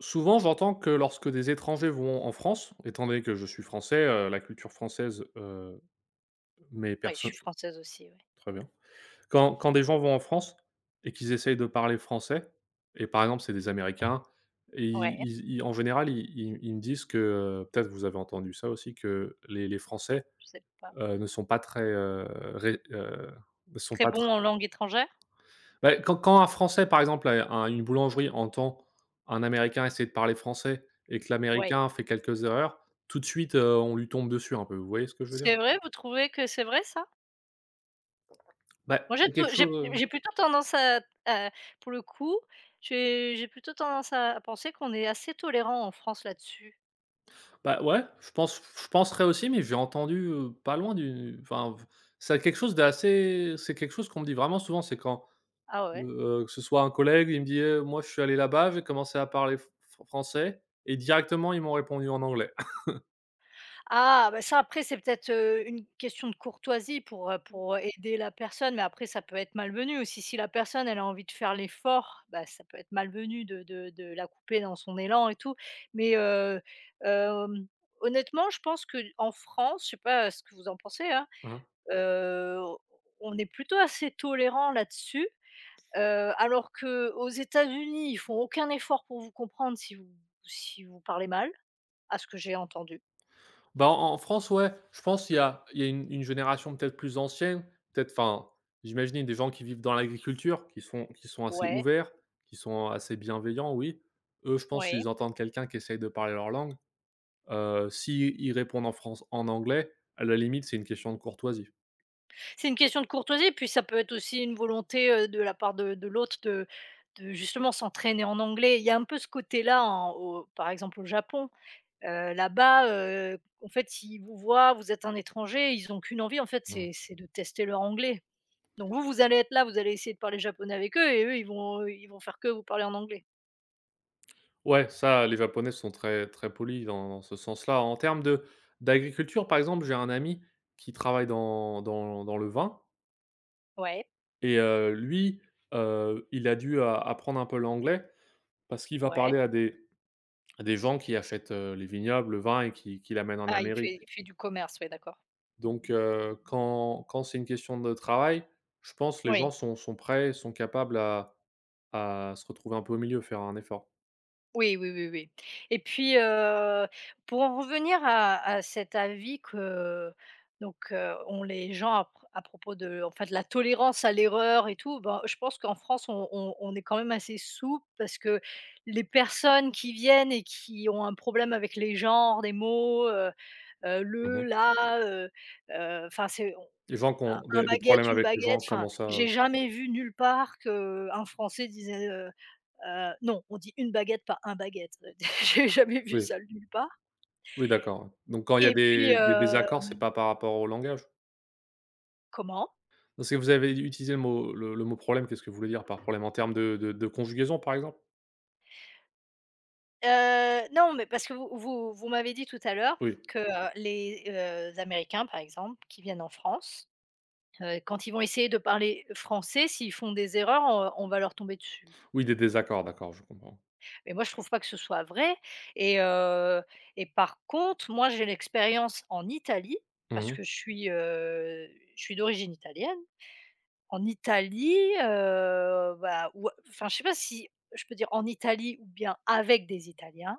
Souvent, j'entends que lorsque des étrangers vont en France, étant donné que je suis français, la culture française, mais Oui, je personne suis française aussi, ouais. très bien. Quand des gens vont en France et qu'ils essayent de parler français et par exemple, c'est des américains et ils Ouais, ils ils en général, ils me disent que, peut-être vous avez entendu ça aussi, que les français, je sais pas. Ne sont pas très, ré ne sont Très pas bon tr. en langue étrangère? Bah, quand un Français, par exemple, à un une boulangerie entend un Américain essayer de parler français et que Ouais. l'Américain fait quelques erreurs, tout de suite, on lui tombe dessus un peu, vous voyez ce que je veux dire? C'est vrai? Vous trouvez que c'est vrai ça? Bah, Moi c'est quelque j'ai chose, j'ai plutôt tendance à pour le coup, j'ai plutôt tendance à penser qu'on est assez tolérant en France là-dessus. bah, ouais, je penserais aussi, mais j'ai entendu, pas loin du enfin, v c'est quelque chose d'assez c'est quelque chose qu'on me dit vraiment souvent, c'est quand, Ah ouais? Que ce soit un collègue, il me dit: moi, je suis allé là-bas, j'ai commencé à parler f français et directement, ils m'ont répondu en anglais». Ah, bah, ça après c'est peut-être, une question de courtoisie pour aider la personne, mais après ça peut être malvenu aussi. Si la personne elle a envie de faire l'effort, bah, ça peut être malvenu de la couper dans son élan et tout. Mais, hem, honnêtement je pense que en France, je sais pas ce que vous en pensez, hein, heu, on est plutôt assez tolérant là-dessus, alors que aux États-Unis, ils font aucun effort pour vous comprendre si vous parlez mal, à ce que j'ai entendu. Bah, en France, ouais, je pense il y a une génération peut-être plus ancienne, peut-être, enfin, j'imagine, des gens qui vivent dans l'agriculture, qui sont assez Ouais, ouverts, qui sont assez bienveillants, oui. Eux, je pense, ouais. s'ils entendent quelqu'un qui essaye de parler leur langue, s'ils répondent en France en anglais, à la limite, c'est une question de courtoisie. C'est une question de courtoisie, puis ça peut être aussi une volonté, de la part de l'autre de justement s'entraîner en anglais. Il y a un peu ce côté-là en au par exemple au Japon, là-bas, en fait, ils vous voient, vous êtes un étranger, ils ont qu'une envie en fait, Mmh. c'est de tester leur anglais. Donc vous, vous allez être là, vous allez essayer de parler japonais avec eux et eux, ils vont faire que vous parler en anglais. Ouais, ça, les Japonais sont très très polis dans ce sens-là. En termes de d'agriculture, par exemple, j'ai un ami qui travaille dans le vin. Ouais, Et lui, il a dû a apprendre un peu l'anglais parce qu'il va ouais. parler à des gens qui achètent, les vignobles, le vin et qui l'amènent en Ah, il fait Amérique. il fait du commerce, ouais, d'accord. Donc quand c'est une question de travail, je pense que les Oui. gens sont prêts, sont capables à se retrouver un peu au milieu, faire un effort. Oui, oui, oui, oui. Et puis, pour en revenir à cet avis que donc, ont les gens à propos de en fait, la tolérance à l'erreur et tout, ben, je pense qu'en France, on est quand même assez souple parce que les personnes qui viennent et qui ont un problème avec les genres des mots, le, Mmh. la, heu enfin, c'est Les gens qui ont un des baguette, problèmes une avec les baguette, gens, enfin, comment ça, j'ai jamais vu nulle part qu'un Français disait. Non, on dit une baguette, pas un baguette. J'ai jamais vu Oui, ça nulle part oui d'accord, ouais. Donc quand il y a et puis, des désaccords, c'est pas par rapport au langage? comment? Parce que vous avez utilisé le mot problème, qu'est-ce que vous voulez dire par problème? En termes de conjugaison, par exemple? Non, mais parce que vous m'avez dit tout à l'heure Oui, que, les, Américains, par exemple, qui viennent en France, quand ils vont essayer de parler français, s'ils font des erreurs, on va leur tomber dessus. oui, des désaccords, d'accord, je comprends. Mais moi, je trouve pas que ce soit vrai et heu et par contre, moi, j'ai l'expérience en Italie parce Mmh. que je suis d'origine italienne. En Italie, bah, ou enfin, je sais pas si je peux dire en Italie ou bien avec des Italiens.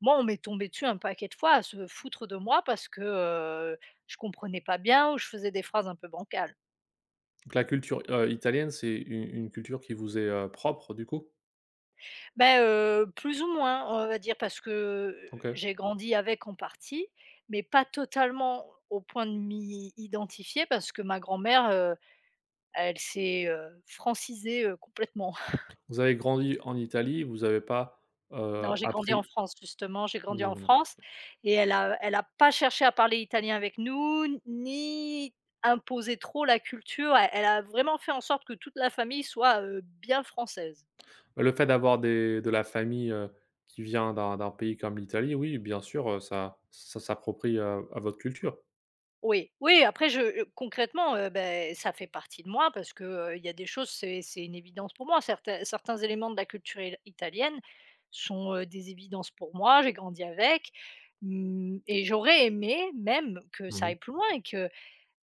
Moi, on m'est tombé dessus un paquet de fois à se foutre de moi parce que, je comprenais pas bien ou je faisais des phrases un peu bancales. Donc la culture, italienne, c'est une culture qui vous est, propre, du coup? Beh, plus ou moins, on va dire parce que, OK. j'ai grandi avec en partie, mais pas totalement au point de m'y identifier parce que ma grand-mère, elle s'est, francisée, complètement. Vous avez grandi en Italie, vous avez pas, Non, j'ai grandi en appris France justement, j'ai grandi vous en avez-. France et elle a pas cherché à parler italien avec nous, ni imposer trop la culture. Elle a vraiment fait en sorte que toute la famille soit, bien française. Le fait d'avoir des de la famille, qui vient d'un pays comme l'Italie, oui, bien sûr, ça s'approprie, à votre culture. Oui, oui, après je, concrètement, beh, ça fait partie de moi parce que, il y a des choses, c'est une évidence pour moi. Certains éléments de la culture il italienne sont, des évidences pour moi, j'ai grandi avec, mmh et j'aurais aimé même que ça Mmh. aille plus loin et que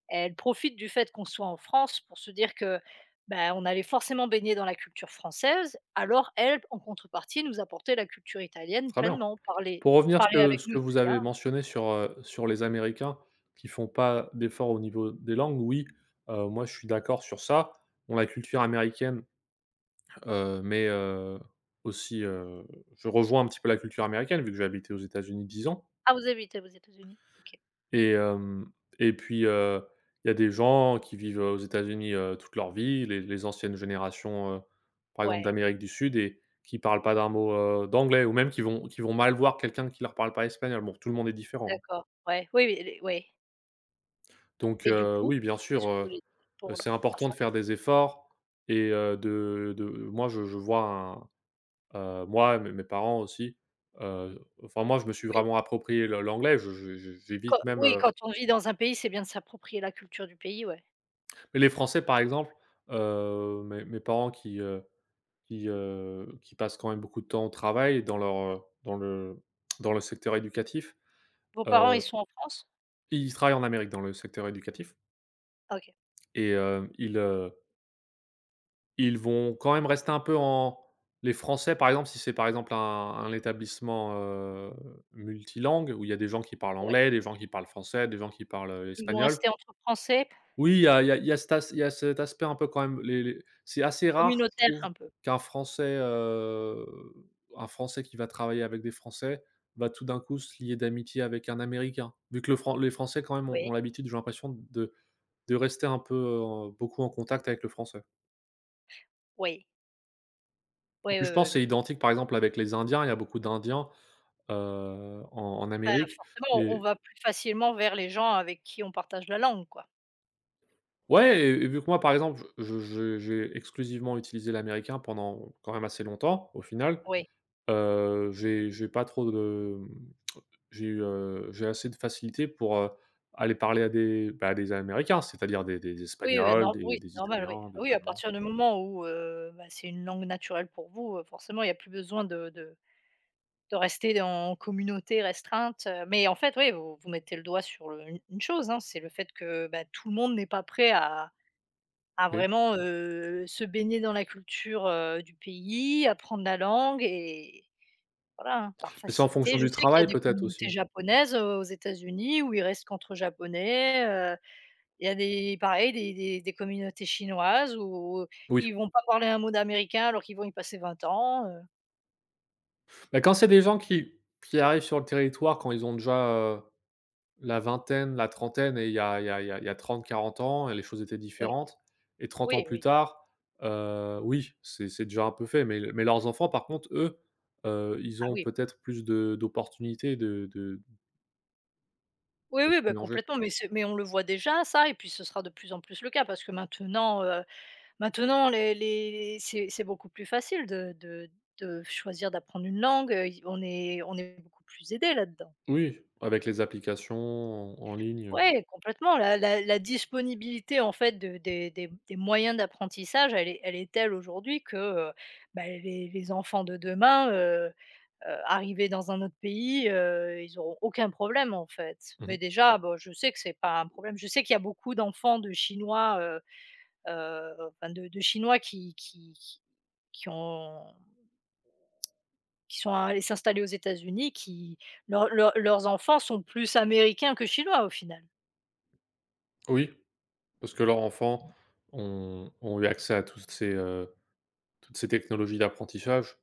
elle profite du fait qu'on soit en France pour se dire que, ben on allait forcément baigner dans la culture française, alors elle, en contrepartie, nous apportait la culture italienne Très bien. pleinement, parler Pour revenir ce parler que avec nous vous italien. avez mentionné sur, sur les Américains qui font pas d'efforts au niveau des langues, oui, moi je suis d'accord sur ça. Bon, la culture américaine. Mais aussi, je rejoins un petit peu la culture américaine, vu que j'ai habité aux États-Unis 10 ans Ah, vous habitez aux États-Unis? OK. et hem et puis, il y a des gens qui vivent, aux États-Unis, toute leur vie, les anciennes générations, par exemple Ouais, d'Amérique du Sud et qui parlent pas d'un mot, d'anglais ou même qui vont mal voir quelqu'un qui leur parle pas espagnol. Bon, tout le monde est différent. d'accord, ouais, oui, oui, les ouais Donc et du coup, oui, bien qu'est-ce sûr, que vous voulez dire pour le c'est par important ça? de faire des efforts et de moi, je vois. Moi, mes parents aussi, enfin moi, je me suis Oui, vraiment approprié le l'anglais, je j'évite même, oui, quand on vit dans un pays, c'est bien de s'approprier la culture du pays, ouais. mais les français, par exemple, mes parents qui, qui passent quand même beaucoup de temps au travail dans leur, dans le secteur éducatif, Vos parents, ils heu, sont en France? ils travaillent en Amérique dans le secteur éducatif Ah, OK, et ils, ils vont quand même rester un peu en les Français, par exemple, si c'est, par exemple, un établissement, multilangue où il y a des gens qui parlent ouais. anglais, des gens qui parlent français, des gens qui parlent, Ils vont espagnol. rester entre Français, Oui, il y a il y a il y a cet as il y a cet aspect un peu quand même les c'est assez rare, je communautaires trouve, un peu? qu'un Français, un Français qui va travailler avec des Français va tout d'un coup se lier d'amitié avec un Américain. Vu que le Fran les Français quand même ont Oui, l'habitude, j'ai l'impression, de rester un peu, beaucoup en contact avec le Français. oui. Et Oui, puis oui, je oui, pense que c'est oui. identique par exemple avec les Indiens, il y a beaucoup d'Indiens, heu, en Bah, Amérique forcément, on et va plus facilement vers les gens avec qui on partage la langue, quoi. ouais et vu que moi par exemple je j'ai exclusivement utilisé l'américain pendant quand même assez longtemps au final, Oui. J'ai pas trop de, j'ai eu, j'ai assez de facilité pour, aller parler à des, bah, à des Américains, c'est-à-dire des Oui, oui, Espagnols, non, oui, c'est des normal, oui. Italiens, Ah des oui, à Allemands. partir du moment où, bah, c'est une langue naturelle pour vous, forcément, il n'y a plus besoin de rester en communauté restreinte, mais en fait, oui, vous mettez le doigt sur le une chose, hein, c'est le fait que, bah, tout le monde n'est pas prêt à Oui, vraiment, se baigner dans la culture, du pays, apprendre la langue et voilà, hein, par mais c'est en facilité. fonction Je du sais qu'il y a travail des peut-être aussi. communautés japonaises, aux États-Unis où ils restent qu'entre japonais, heu, il y a des pareil des communautés chinoises où Oui, ils vont pas parler un mot d'américain alors qu'ils vont y passer 20 ans, bah, quand c'est des gens qui arrivent sur le territoire quand ils ont déjà, la vingtaine, la trentaine et il y a il y a il y a il y a 30-40 ans, et les choses étaient oui, différentes et 30 ans oui, plus oui, tard, oui, c'est déjà un peu fait, mais leurs enfants par contre, eux, ils ah ont oui. peut-être plus de d'opportunités de de Oui, de oui, se bah, mélanger. complètement, mais c'est mais on le voit déjà ça et puis ce sera de plus en plus le cas parce que maintenant, maintenant les c'est beaucoup plus facile de choisir d'apprendre une langue, y on est beaucoup plus aidé là-dedans. Oui, avec les applications en ligne. Ouais, complètement. La disponibilité en fait de des moyens d'apprentissage, elle est telle aujourd'hui que, bah, les enfants de demain, arrivés dans un autre pays, ils n'auront aucun problème en fait. Mais Mmh. déjà, bah, je sais que c'est pas un problème. Je sais qu'il y a beaucoup d'enfants de Chinois, heu, enfin de Chinois qui ont qui sont allés s'installer aux États-Unis, qui leurs leurs leurs enfants sont plus américains que chinois au final. Oui, parce que leurs enfants ont eu accès à toutes ces technologies d'apprentissage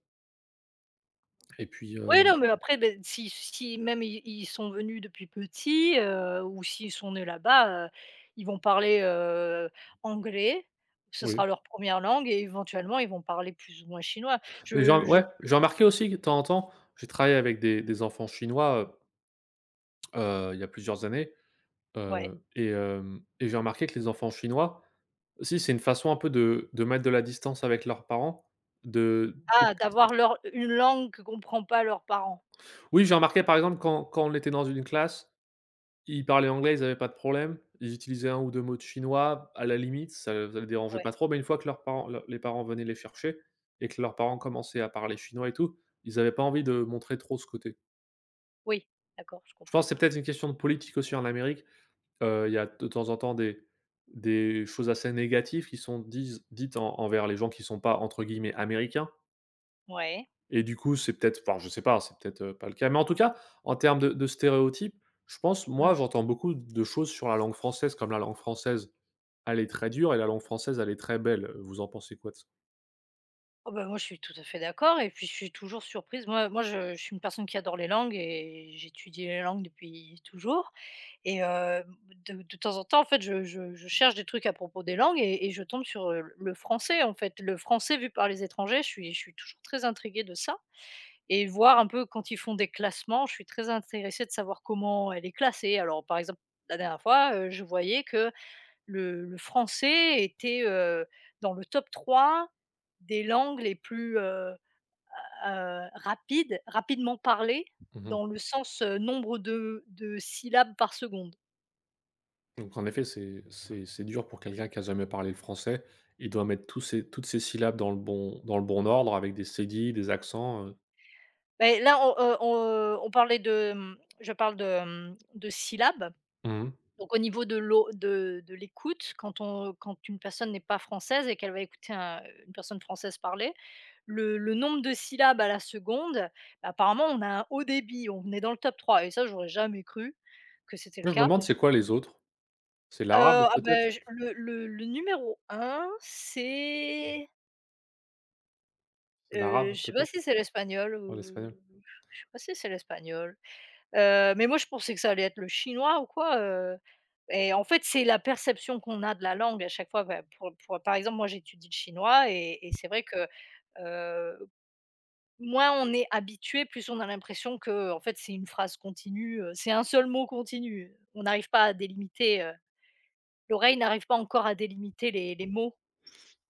et puis, Oui, non, mais après, beh, si si même ils sont venus depuis petits, ou s'ils sont nés là-bas, ils vont parler, anglais, ce oui. sera leur première langue et éventuellement ils vont parler plus ou moins chinois. Mais j'ai Je ouais, j'ai remarqué aussi que de temps en temps, j'ai travaillé avec des enfants chinois, il y a plusieurs années, ouais. Et j'ai remarqué que les enfants chinois aussi, c'est une façon un peu de mettre de la distance avec leurs parents, de. Ah, d'avoir leur une langue que comprend pas leurs parents. Oui, j'ai remarqué par exemple quand on était dans une classe, ils parlaient anglais, ils avaient pas de problème, ils utilisaient un ou 2 mots de chinois, à la limite, ça les dérangeait Ouais, pas trop, mais une fois que leurs parents le les parents venaient les chercher et que leurs parents commençaient à parler chinois et tout, ils avaient pas envie de montrer trop ce côté. oui, d'accord, je Je pense comprends. que c'est peut-être une question de politique aussi en Amérique. Il y a de temps en temps des choses assez négatives qui sont disent dites en envers les gens qui sont pas entre guillemets «américains» Ouais. et du coup, c'est peut-être enfin je sais pas, c'est peut-être, pas le cas, mais en tout cas, en termes de stéréotypes, je pense, Mmh. moi, j'entends beaucoup de choses sur la langue française, comme la langue française, elle est très dure et la langue française, elle est très belle. Vous en pensez quoi de ça? Oh bah, moi, je suis tout à fait d'accord et puis je suis toujours surprise. Moi, je suis une personne qui adore les langues et j'étudie les langues depuis toujours. Et de temps en temps, en fait, je cherche des trucs à propos des langues et je tombe sur, le français, en fait. Le français vu par les étrangers, je suis toujours très intriguée de ça et voir un peu quand ils font des classements, je suis très intéressée de savoir comment elle est classée. Alors, par exemple, la dernière fois, je voyais que le français était, dans le top 3 des langues les plus, rapides rapidement parlées Mmh. dans le sens, nombre de syllabes par seconde. Donc en effet, c'est dur pour quelqu'un qui a jamais parlé le français. Il doit mettre tous ces toutes ces syllabes dans le bon ordre avec des cédilles, des accents, Beh, là, on parlait de, mmh, je parle de, mmh, de syllabes. Mmh. Donc au niveau de l'au de l'écoute, quand une personne n'est pas française et qu'elle va écouter un une personne française parler, le nombre de syllabes à la seconde, bah, apparemment, on a un haut débit, on est dans le top 3. Et ça, j'aurais jamais cru que c'était le Je me cas. demande Parce que c'est quoi les autres? C'est l'arabe heu, ah peut-être? bah, je le numéro un, c'est, C'est l'arabe je sais pas peut-être? si c'est l'espagnol Ou l'espagnol? ou je sais pas si c'est l'espagnol. Mais moi je pensais que ça allait être le chinois ou quoi, et en fait, c'est la perception qu'on a de la langue à chaque fois. Bah, pour par exemple, moi j'étudie le chinois et c'est vrai que, heu, moins on est habitué, plus on a l'impression que, en fait c'est une phrase continue, c'est un seul mot continu. On n'arrive pas à délimiter, l'oreille n'arrive pas encore à délimiter les mots.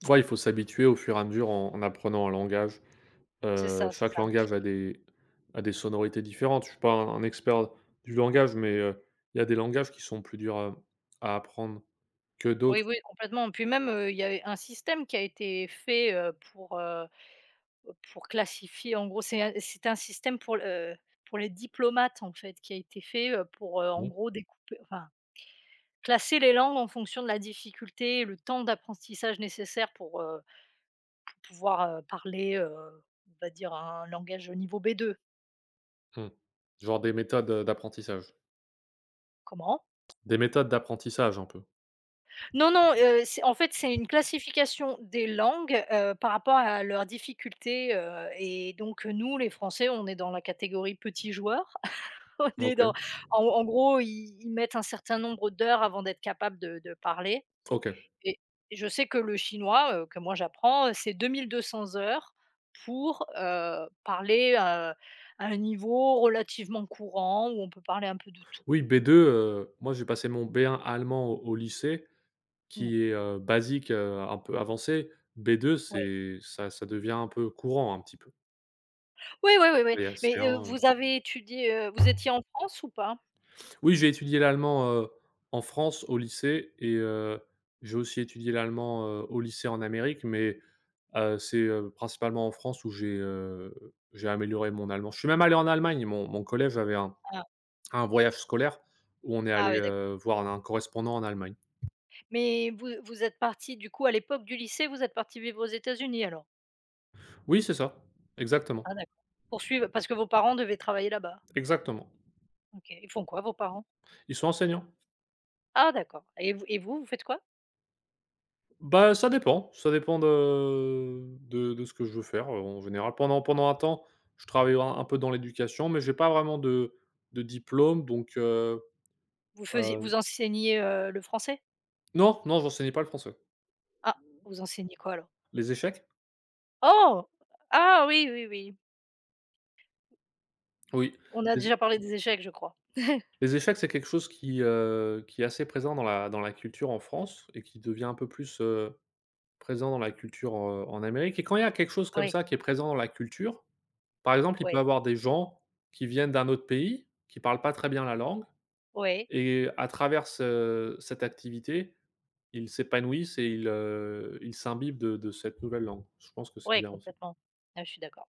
Ouais, il faut s'habituer au fur et à mesure en apprenant un langage. C'est ça, c'est Chaque ça. langage a des sonorités différentes. Je suis pas un expert du langage, mais, il y a des langages qui sont plus durs à apprendre que Oui, d'autres. oui, complètement. Puis même, il y a un système qui a été fait, pour classifier, en gros, c'est un c'était un système pour les diplomates, en fait, qui a été fait, pour, en Mmh. gros découper enfin, classer les langues en fonction de la difficulté et le temps d'apprentissage nécessaire pour pouvoir, parler, on va dire un langage au niveau B2. Mh. Genre des méthodes, d'apprentissage. Comment? Des méthodes d'apprentissage un peu. Non, non, c'est une classification des langues, par rapport à leur difficulté, et donc, nous, les Français, on est dans la catégorie petit joueur. On est OK, dans en en gros, ils mettent un certain nombre d'heures avant d'être capables de parler OK. et je sais que le chinois, que moi j'apprends, c'est 2 200 heures pour, parler, à un niveau relativement courant où on peut parler un peu de tout. Oui B2, moi j'ai passé mon B1 allemand au lycée. Mmh, Qui est, basique, un peu avancé. B2 ouais. c'est ça devient un peu courant, un petit peu. Oui, oui, oui, oui, Et c'est mais, un vous étiez en France ou pas? oui, j'ai étudié l'allemand, en France au lycée et j'ai aussi étudié l'allemand, au lycée en Amérique, mais c'est, principalement en France où j'ai amélioré mon allemand. Je suis même allé en Allemagne, mon collège avait Ah, un voyage scolaire où on est ah allé, oui, d'accord, voir un correspondant en Allemagne. mais vous êtes partis du coup à l'époque du lycée, vous êtes partis vivre aux États-Unis alors? Oui, c'est ça. Exactement, Ah d'accord. Poursuivre parce que vos parents devaient travailler là-bas? exactement. OK. Ils font quoi vos parents? Ils sont enseignants. Ah d'accord et vous, vous faites quoi? Bah, ça dépend de ce que je veux faire, en général. Pendant un temps, je travaillais un peu dans l'éducation, mais j'ai pas vraiment de diplôme donc Vous heu, enseignez, le français? non, non, j'enseignais pas le français. Ah, vous enseignez quoi alors? Les échecs? Oh! Ah oui, oui, oui. Oui, On a les déjà parlé des échecs, je crois. les échecs, c'est quelque chose qui est assez présent dans la culture en France et qui devient un peu plus, présent dans la culture, en Amérique et quand il y a quelque chose comme Oui, ça qui est présent dans la culture, par exemple, il peut y oui, avoir des gens qui viennent d'un autre pays, qui parlent pas très bien la langue. oui, Et à travers ce cette activité, ils s'épanouissent et ils, ils s'imbibent de cette nouvelle langue. Je pense que c'est oui, bien aussi. complètement. Ah, je suis d'accord.